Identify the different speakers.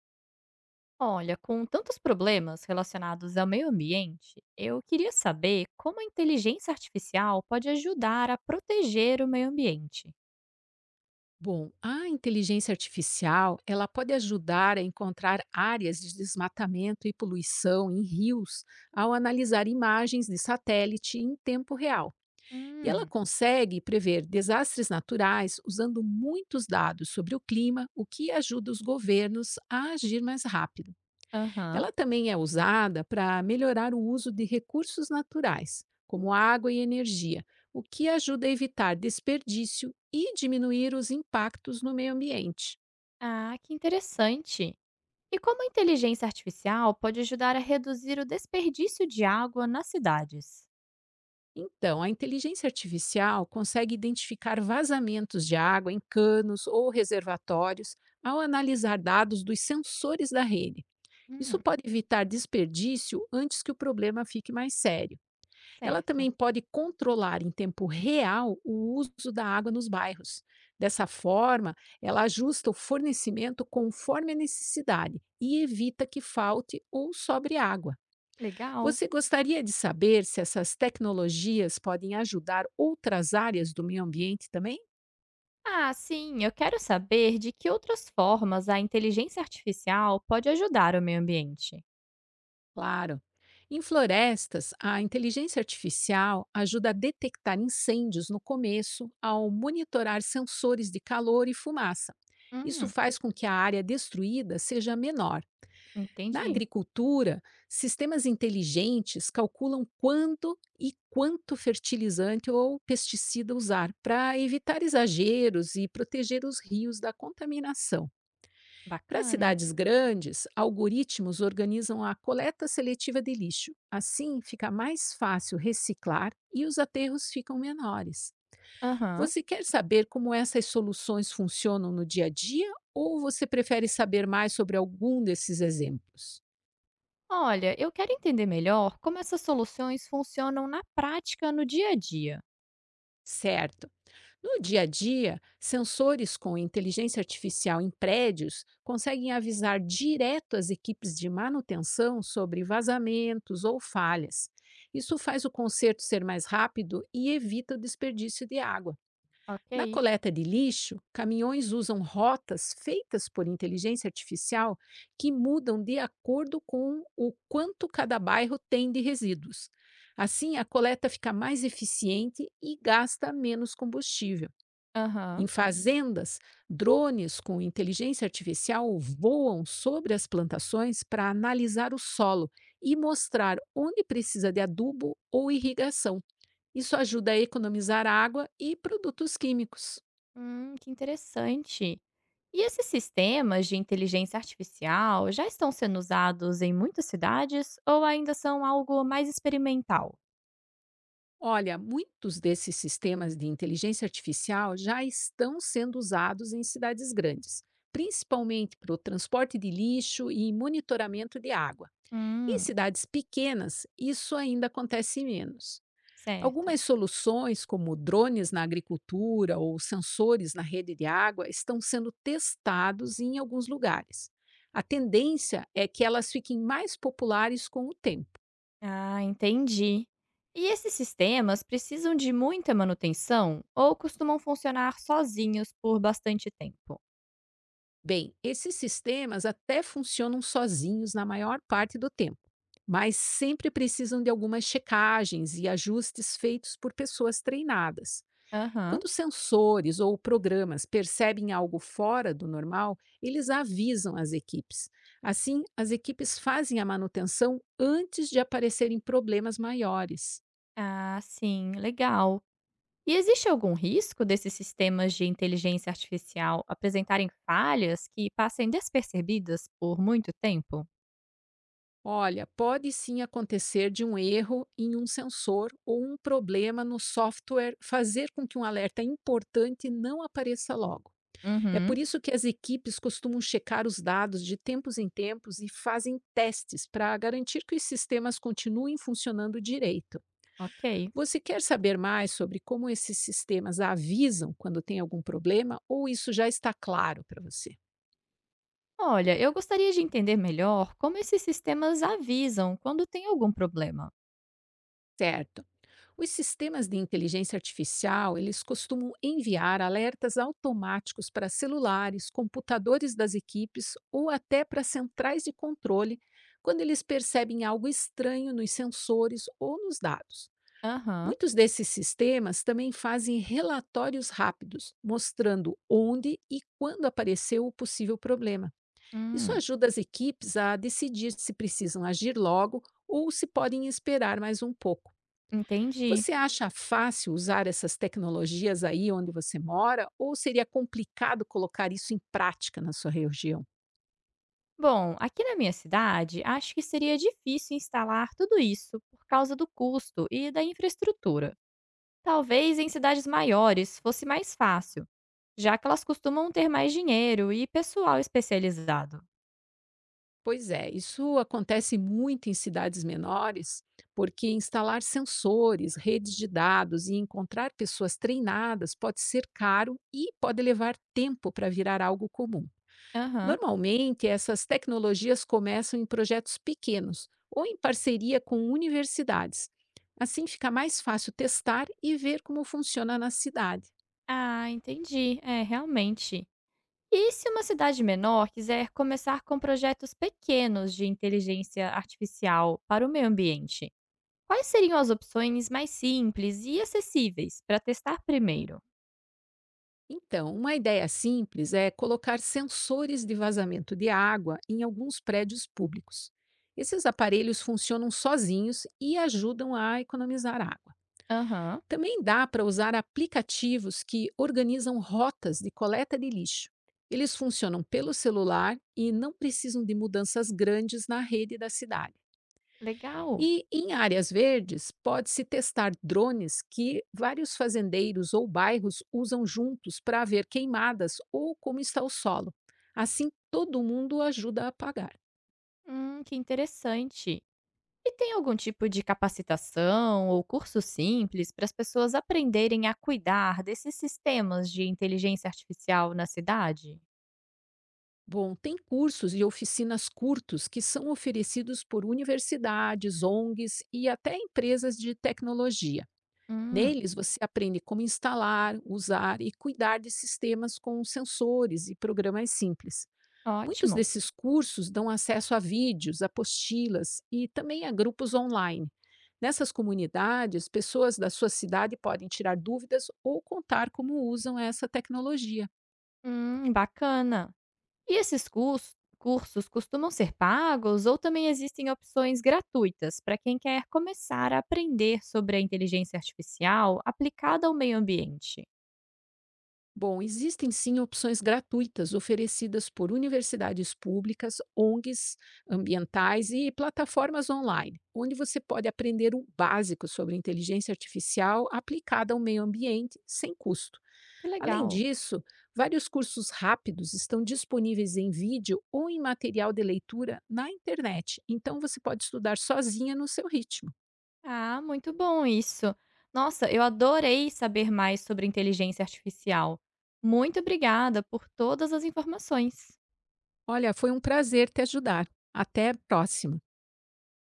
Speaker 1: Olha, com tantos problemas relacionados ao meio ambiente, eu queria saber como a inteligência artificial pode ajudar a proteger o meio ambiente.
Speaker 2: Bom, a inteligência artificial, ela pode ajudar a encontrar áreas de desmatamento e poluição em rios ao analisar imagens de satélite em tempo real. E ela
Speaker 1: Hum.
Speaker 2: consegue prever desastres naturais usando muitos dados sobre o clima, o que ajuda os governos a agir mais rápido.
Speaker 1: Aham.
Speaker 2: Ela também é usada para melhorar o uso de recursos naturais, como água e energia, o que ajuda a evitar desperdício e diminuir os impactos no meio ambiente.
Speaker 1: Ah, que interessante. E como a inteligência artificial pode ajudar a reduzir o desperdício de água nas cidades?
Speaker 2: Então, a inteligência artificial consegue identificar vazamentos de água em canos ou reservatórios ao analisar dados dos sensores da rede. Isso
Speaker 1: Hum,
Speaker 2: pode evitar desperdício antes que o problema fique mais sério. Ela
Speaker 1: Certo.
Speaker 2: também pode controlar em tempo real o uso da água nos bairros. Dessa forma, ela ajusta o fornecimento conforme a necessidade e evita que falte ou sobre água.
Speaker 1: Legal.
Speaker 2: Você gostaria de saber se essas tecnologias podem ajudar outras áreas do meio ambiente também?
Speaker 1: Ah, sim, eu quero saber de que outras formas a inteligência artificial pode ajudar o meio ambiente.
Speaker 2: Claro. Em florestas, a inteligência artificial ajuda a detectar incêndios no começo ao monitorar sensores de calor e fumaça. Isso
Speaker 1: Hum,
Speaker 2: faz com que a área destruída seja menor. Na
Speaker 1: Entendi.
Speaker 2: agricultura, sistemas inteligentes calculam quando e quanto fertilizante ou pesticida usar para evitar exageros e proteger os rios da contaminação. Para
Speaker 1: Bacana.
Speaker 2: cidades grandes, algoritmos organizam a coleta seletiva de lixo. Assim, fica mais fácil reciclar e os aterros ficam menores.
Speaker 1: Aham.
Speaker 2: Você quer saber como essas soluções funcionam no dia a dia ou você prefere saber mais sobre algum desses exemplos?
Speaker 1: Olha, eu quero entender melhor como essas soluções funcionam na prática no dia a dia.
Speaker 2: Certo! No dia a dia, sensores com inteligência artificial em prédios conseguem avisar direto as equipes de manutenção sobre vazamentos ou falhas. Isso faz o conserto ser mais rápido e evita o desperdício de água. Na
Speaker 1: Ok.
Speaker 2: coleta de lixo, caminhões usam rotas feitas por inteligência artificial que mudam de acordo com o quanto cada bairro tem de resíduos. Assim, a coleta fica mais eficiente e gasta menos combustível. Em
Speaker 1: Aham.
Speaker 2: fazendas, drones com inteligência artificial voam sobre as plantações para analisar o solo e mostrar onde precisa de adubo ou irrigação. Isso ajuda a economizar água e produtos químicos.
Speaker 1: Que interessante. E esses sistemas de inteligência artificial já estão sendo usados em muitas cidades ou ainda são algo mais experimental?
Speaker 2: Olha, muitos desses sistemas de inteligência artificial já estão sendo usados em cidades grandes, principalmente para o transporte de lixo e monitoramento de água. Em
Speaker 1: Hum,
Speaker 2: cidades pequenas, isso ainda acontece menos.
Speaker 1: Certo.
Speaker 2: Algumas soluções, como drones na agricultura ou sensores na rede de água, estão sendo testados em alguns lugares. A tendência é que elas fiquem mais populares com o tempo.
Speaker 1: Ah, entendi. E esses sistemas precisam de muita manutenção ou costumam funcionar sozinhos por bastante tempo?
Speaker 2: Bem, esses sistemas até funcionam sozinhos na maior parte do tempo, mas sempre precisam de algumas checagens e ajustes feitos por pessoas treinadas.
Speaker 1: Aham.
Speaker 2: Quando sensores ou programas percebem algo fora do normal, eles avisam as equipes. Assim, as equipes fazem a manutenção antes de aparecerem problemas maiores.
Speaker 1: Ah, sim, legal. E existe algum risco desses sistemas de inteligência artificial apresentarem falhas que passem despercebidas por muito tempo?
Speaker 2: Olha, pode sim acontecer de um erro em um sensor ou um problema no software fazer com que um alerta importante não apareça logo. É por
Speaker 1: Uhum,
Speaker 2: isso que as equipes costumam checar os dados de tempos em tempos e fazem testes para garantir que os sistemas continuem funcionando direito.
Speaker 1: ok.
Speaker 2: Você quer saber mais sobre como esses sistemas avisam quando tem algum problema ou isso já está claro para você?
Speaker 1: Olha, eu gostaria de entender melhor como esses sistemas avisam quando tem algum problema.
Speaker 2: Certo. Os sistemas de inteligência artificial, eles costumam enviar alertas automáticos para celulares, computadores das equipes ou até para centrais de controle quando eles percebem algo estranho nos sensores ou nos dados.
Speaker 1: Aham.
Speaker 2: Muitos desses sistemas também fazem relatórios rápidos, mostrando onde e quando apareceu o possível problema. Isso
Speaker 1: hum,
Speaker 2: ajuda as equipes a decidir se precisam agir logo ou se podem esperar mais um pouco.
Speaker 1: Entendi.
Speaker 2: Você acha fácil usar essas tecnologias aí onde você mora ou seria complicado colocar isso em prática na sua região?
Speaker 1: Bom, aqui na minha cidade, acho que seria difícil instalar tudo isso por causa do custo e da infraestrutura. Talvez em cidades maiores fosse mais fácil, já que elas costumam ter mais dinheiro e pessoal especializado.
Speaker 2: Pois é, isso acontece muito em cidades menores, porque instalar sensores, redes de dados e encontrar pessoas treinadas pode ser caro e pode levar tempo para virar algo comum.
Speaker 1: Aham.
Speaker 2: Normalmente, essas tecnologias começam em projetos pequenos ou em parceria com universidades. Assim fica mais fácil testar e ver como funciona na cidade.
Speaker 1: Ah, entendi. É, realmente. E se uma cidade menor quiser começar com projetos pequenos de inteligência artificial para o meio ambiente? Quais seriam as opções mais simples e acessíveis para testar primeiro?
Speaker 2: Então, uma ideia simples é colocar sensores de vazamento de água em alguns prédios públicos. Esses aparelhos funcionam sozinhos e ajudam a economizar água.
Speaker 1: Aham,
Speaker 2: Também dá para usar aplicativos que organizam rotas de coleta de lixo. Eles funcionam pelo celular e não precisam de mudanças grandes na rede da cidade.
Speaker 1: legal.
Speaker 2: E em áreas verdes, pode-se testar drones que vários fazendeiros ou bairros usam juntos para ver queimadas ou como está o solo. Assim, todo mundo ajuda a apagar.
Speaker 1: Que interessante. E tem algum tipo de capacitação ou curso simples para as pessoas aprenderem a cuidar desses sistemas de inteligência artificial na cidade?
Speaker 2: Bom, tem cursos e oficinas curtos que são oferecidos por universidades, ONGs e até empresas de tecnologia.
Speaker 1: Hum,
Speaker 2: Neles você aprende como instalar, usar e cuidar de sistemas com sensores e programas simples. Muitos
Speaker 1: Ótimo.
Speaker 2: desses cursos dão acesso a vídeos, apostilas e também a grupos online. Nessas comunidades, pessoas da sua cidade podem tirar dúvidas ou contar como usam essa tecnologia.
Speaker 1: Bacana. E esses cursos costumam ser pagos ou também existem opções gratuitas para quem quer começar a aprender sobre a inteligência artificial aplicada ao meio ambiente?
Speaker 2: Bom, existem sim opções gratuitas oferecidas por universidades públicas, ONGs ambientais e plataformas online, onde você pode aprender o básico sobre inteligência artificial aplicada ao meio ambiente sem custo.
Speaker 1: Que
Speaker 2: Além
Speaker 1: legal.
Speaker 2: disso, vários cursos rápidos estão disponíveis em vídeo ou em material de leitura na internet, então você pode estudar sozinha no seu ritmo.
Speaker 1: Ah, muito bom isso. Nossa, eu adorei saber mais sobre inteligência artificial. Muito obrigada por todas as informações.
Speaker 2: Olha, foi um prazer te ajudar. Até a próxima!